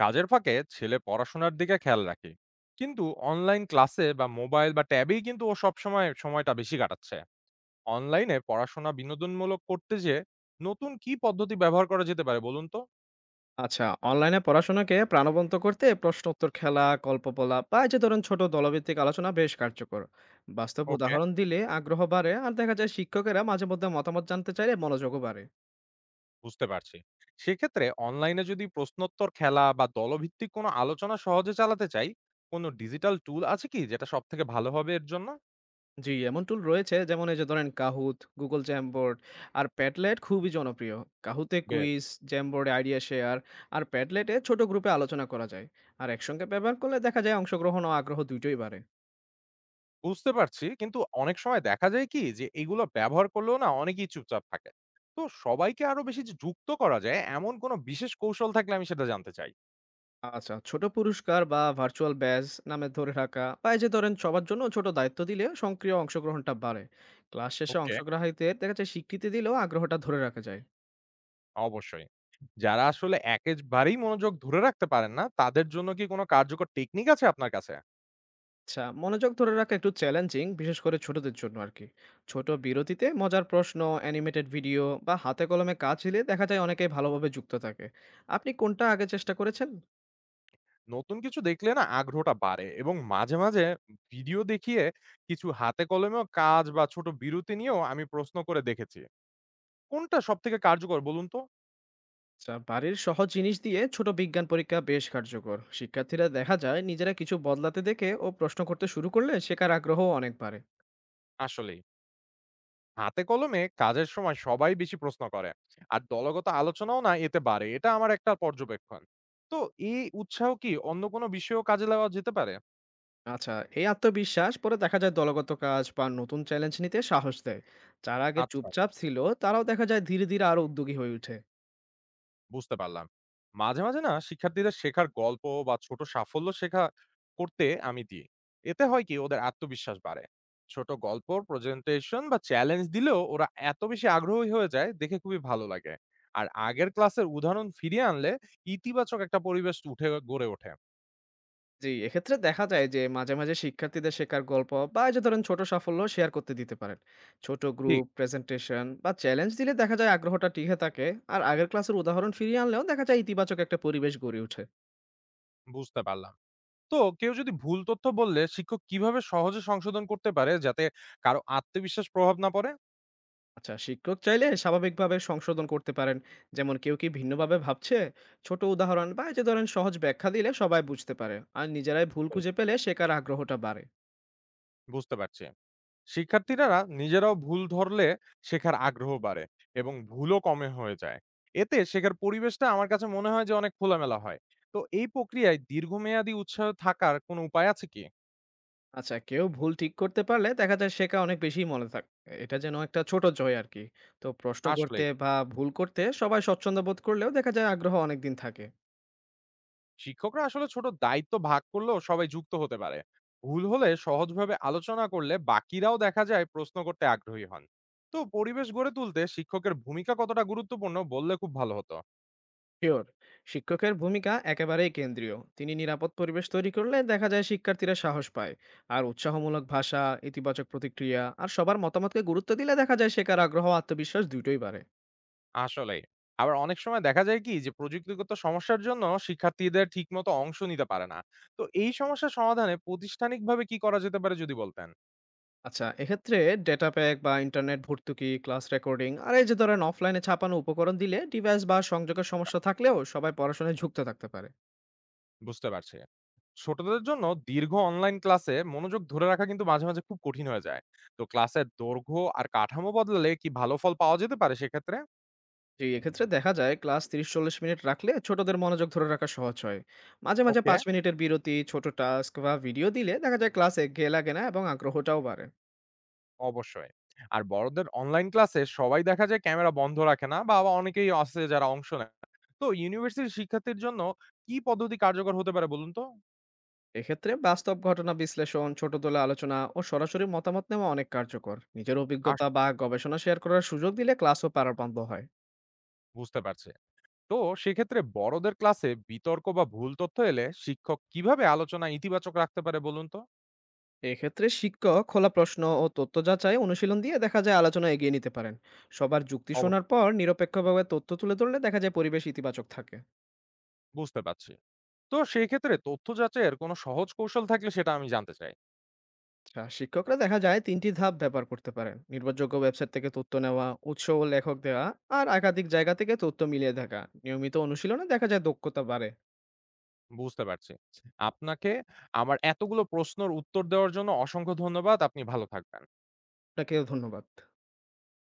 কাজের ফাঁকে ছেলে পড়াশোনার দিকে খেয়াল রাখি, কিন্তু অনলাইন ক্লাসে বা মোবাইল বা ট্যাবেই কিন্তু ও সবসময় সময়টা বেশি কাটাচ্ছে। অনলাইনে পড়াশোনা বিনোদনমূলক করতে যে নতুন কি পদ্ধতি ব্যবহার করা যেতে পারে বলুন তো? আচ্ছা, অনলাইনে পড়াশোনাকে প্রাণবন্ত করতে প্রশ্নোত্তর, খেলা, গল্প বলা বা এই যে ধরুন ছোট দলভিত্তিক আলোচনা বেশ কার্যকর। বাস্তব ওকে, উদাহরণ দিলে আগ্রহ বাড়ে, আর দেখা যায় শিক্ষকেরা মাঝে মধ্যে মতামত জানতে চাইলে মনোযোগও বাড়ে। বুঝতে পারছি। সেক্ষেত্রে অনলাইনে যদি প্রশ্নোত্তর খেলা বা দলভিত্তিক কোনো আলোচনা সহজে চালাতে চাই, কোনো ডিজিটাল টুল আছে কি, যেটা সব থেকে ভালো হবে এর জন্য? জি, এমন টুল রয়েছে, যেমন এই যে ধরেন কাহুত গুগল জ্যামবোর্ড আর প্যাডলেট খুবই জনপ্রিয়। কাহুতে কুইজ, জ্যামবোর্ডে আইডিয়া শেয়ার আর প্যাডলেটে ছোট গ্রুপে আলোচনা করা যায়। আর একসঙ্গে ব্যবহার করলে দেখা যায় অংশগ্রহণ ও আগ্রহ দুটোই বাড়ে। বুঝতে পারছি। কিন্তু অনেক সময় দেখা যায় কি যে এগুলো ব্যবহার করলেও না অনেকেই চুপচাপ থাকে। তো সবাইকে আরো বেশি যে যুক্ত করা যায় এমন কোনো বিশেষ কৌশল থাকলে আমি সেটা জানতে চাই। আচ্ছা, ছোট পুরস্কার বা ভার্চুয়াল ব্যাজ নামে ধরে রাখা বা এই যে ধরেন সবার জন্য ছোট দায়িত্ব দিলে সক্রিয় অংশগ্রহণটা বাড়ে। ক্লাস শেষে ওকে। অংশগ্রহীদের দেখা যায় স্বীকৃতি দিলেও আগ্রহটা ধরে রাখা যায়। অবশ্যই। যারা আসলে একেবারেই মনোযোগ ধরে রাখতে পারেন না, তাদের জন্য কি কোনো কার্যকর টেকনিক আছে আপনার কাছে? আচ্ছা, মনোযোগ ধরে রাখা একটু চ্যালেঞ্জিং, বিশেষ করে ছোটদের জন্য আরকি। ছোট বিরতিতে মজার প্রশ্ন, অ্যানিমেটেড ভিডিও বা হাতে কলমে কাজ দিলে দেখা যায় অনেকেই ভালোভাবে যুক্ত থাকে। আপনি কোনটা আগে চেষ্টা করেছেন? নতুন কিছু দেখলে না আগ্রহটা বাড়ে, এবং মাঝে, মাঝে ভিডিও দেখিয়ে কিছু হাতে কলমেও কাজ বা ছোট বিরতি নিয়েও আমি প্রশ্ন করে দেখেছি। কোনটা সবথেকে কার্যকর বলুন তো? আচ্ছা, বাড়ির সহজ জিনিস দিয়ে ছোট বিজ্ঞান পরীক্ষা বেশ কার্যকর। শিক্ষার্থীরা দেখা যায় নিজেরা কিছু বদলাতে দেখে ও প্রশ্ন করতে শুরু করলে শেখার আগ্রহ অনেক বাড়ে। আসলেই। হাতে কলমে কাজের সময় সবাই বেশি প্রশ্ন করে, আর দলগত আলোচনাও না এতে বাড়ে, এটা আমার একটা পর্যবেক্ষণ। তো এই উৎসাহ কি অন্য কোনো বিষয়েও কাজে লাগা যেতে পারে? আচ্ছা, এই আত্মবিশ্বাস পরে দেখা যায় দলগত কাজ বা নতুন চ্যালেঞ্জ নিতে সাহস দেয়। যারা আগে আচ্ছা, চুপচাপ ছিল, তারাও দেখা যায় ধীরে ধীরে আরো উদ্যোগী হয়ে ওঠে। বুঝতে পারলাম। মাঝে মাঝে না শিক্ষার্থীদের শেখার গল্প বা ছোট সাফল্য শেখা করতে আমি দিই, এতে হয় কি ওদের আত্মবিশ্বাস বাড়ে। ছোট গল্প প্রেজেন্টেশন বা চ্যালেঞ্জ দিলেও ওরা এত বেশি আগ্রহী হয়ে যায়, দেখে খুবই ভালো লাগে। আর আগের ক্লাসের উদাহরণ ফিরিয়ে আনলে ইতিবাচক একটা পরিবেশ উঠে গড়ে ওঠে। জি, এক্ষেত্রে দেখা যায় যে মাঝে মাঝে শিক্ষার্থীদের শেখার গল্প বা এই যে ধরেন ছোট সাফল্য শেয়ার করতে দিতে পারেন। ছোট ঠিক। গ্রুপ প্রেজেন্টেশন বা চ্যালেঞ্জ দিলে দেখা যায় আগ্রহটা টিকে থাকে। আর আগের ক্লাসের উদাহরণ ফিরিয়ে আনলেও দেখা যায় ইতিবাচক একটা পরিবেশ গড়ে ওঠে। বুঝতে পারলাম। তো কেউ যদি ভুল তথ্য বললে শিক্ষক কিভাবে সহজে সংশোধন করতে পারে, যাতে কারো আত্মবিশ্বাস প্রভাব না পড়ে? আচ্ছা, শিক্ষক চাইলে স্বাভাবিকভাবে সংশোধন করতে পারেন। যেমন, কেউ কি ভিন্নভাবে ভাবছে? ছোট উদাহরণ বা এই যে ধরেন সহজ ব্যাখ্যা দিলে সবাই বুঝতে পারে। আর নিজেরাই ভুল হুম। খুঁজে পেলে শেখার আগ্রহটা বাড়ে। বুঝতে পারছি। শিক্ষার্থীরা নিজেরাও ভুল ধরলে শেখার আগ্রহ বাড়ে এবং ভুলও কমে হয়ে যায়। এতে শেখার পরিবেশটা আমার কাছে মনে হয় যে অনেক খোলামেলা হয়। তো এই প্রক্রিয়ায় দীর্ঘমেয়াদী উৎসাহ থাকার কোনো উপায় আছে কি? আচ্ছা, কেউ ভুল ঠিক করতে পারলে দেখা যায় শেখা অনেক বেশিই মনে থাকে। এটা যেন একটা ছোট জয় আরকি। তো প্রশ্ন করতে আসলেই। বা ভুল করতে সবাই স্বচ্ছন্দ বোধ করলেও দেখা যায় আগ্রহ অনেকদিন থাকে। শিক্ষকরা আসলে ছোট দায়িত্ব ভাগ করলেও সবাই যুক্ত হতে পারে। ভুল হলে সহজভাবে আলোচনা করলে বাকিরাও দেখা যায় প্রশ্ন করতে আগ্রহী হন। তো পরিবেশ গড়ে তুলতে শিক্ষকের ভূমিকা কতটা গুরুত্বপূর্ণ বললে খুব ভালো হতো। শিওর, শিক্ষকের ভূমিকা একেবারেই কেন্দ্রীয়। তিনি নিরাপদ পরিবেশ তৈরি করলে দেখা যায় শিক্ষার্থীরা সাহস পায়। আর উৎসাহমূলক ভাষা, ইতিবাচক প্রতিক্রিয়া আর সবার মতামতকে গুরুত্ব দিলে দেখা যায় শেখার আগ্রহ ও আত্মবিশ্বাস দুটোই বাড়ে। আসলে আবার অনেক সময় দেখা যায় কি যে প্রযুক্তিগত সমস্যার জন্য শিক্ষার্থীদের ঠিকমতো অংশ নিতে পারে না। তো এই সমস্যা সমাধানে প্রাতিষ্ঠানিকভাবে কি করা যেতে পারে যদি বলতেন? আচ্ছা, এক্ষেত্রে ডেটা প্যাক বা ইন্টারনেট ভর্তুকি, ক্লাস রেকর্ডিং আর এই যে ধরেন অফলাইনে ছাপানো উপকরণ দিলে ডিভাইস বা সংযোগের সমস্যা থাকলেও সবাই পড়াশোনায় যুক্ত থাকতে পারে। বুঝতে পারছি। ছোটদের জন্য দীর্ঘ অনলাইন ক্লাসে মনোযোগ ধরে রাখা কিন্তু মাঝে, মাঝে খুব কঠিন হয়ে যায়। তো ক্লাসের দৈর্ঘ্য আর কাঠামো বদলালে কি ভালো ফল পাওয়া যেতে পারে সেক্ষেত্রে? জি, এক্ষেত্রে দেখা যায় ক্লাস ৩০-৪০ মিনিট রাখলে ছোটদের মনোযোগ ধরে রাখা সহজ হয়। মাঝে, মাঝে ওকে, ৫ মিনিটের বিরতি, ছোট টাস্ক বা ভিডিও দিলে দেখা যায় ক্লাসে একঘেয়ে লাগে না এবং আগ্রহটাও বাড়ে। অবশ্যই। আর বড়দের অনলাইন ক্লাসে সবাই দেখা যায় ক্যামেরা বন্ধ রাখে না, বা আবার অনেকেই আছে যারা অংশ নেয় না। তো ইউনিভার্সিটির শিক্ষার্থীর জন্য কি পদ্ধতি কার্যকর হতে পারে বলুন তো? এক্ষেত্রে বাস্তব ঘটনা বিশ্লেষণ, ছোট দলে আলোচনা ও সরাসরি মতামত নেওয়া অনেক কার্যকর। নিজের আস অভিজ্ঞতা বা গবেষণা শেয়ার করার সুযোগ দিলে ক্লাসও পারাপান্ত হয়। বুঝতে পারছি। তো সেক্ষেত্রে বড়দের ক্লাসে বিতর্ক বা ভুল তথ্য এলে শিক্ষক কিভাবে আলোচনা ইতিবাচক রাখতে পারে বলুন তো? এক্ষেত্রে শিক্ষক খোলা প্রশ্ন ও তথ্য যাচাই অনুশীলন দিয়ে দেখা যায় আলোচনা এগিয়ে নিতে পারেন। সবার যুক্তি অব শোনার পর নিরপেক্ষভাবে তথ্য তুলে ধরলে দেখা যায় পরিবেশ ইতিবাচক থাকে। বুঝতে পারছি। তো সেই ক্ষেত্রে তথ্য যাচাইয়ের কোনো সহজ কৌশল থাকলে সেটা আমি জানতে চাই। আচ্ছা, শিক্ষকরা দেখা যায় ৩ টি ধাপ ব্যবহার করতে পারেন। নির্ভরযোগ্য ওয়েবসাইট থেকে তথ্য নেওয়া, উৎস ও লেখক দেওয়া আর একাধিক জায়গা থেকে তথ্য মিলিয়ে দেখা। নিয়মিত অনুশীলনে দেখা যায় দক্ষতা বাড়ে। বুঝতে পারছি। আপনাকে আমার এতগুলো প্রশ্নের উত্তর দেওয়ার জন্য অসংখ্য ধন্যবাদ। আপনি ভালো থাকবেন। আপনাকেও ধন্যবাদ।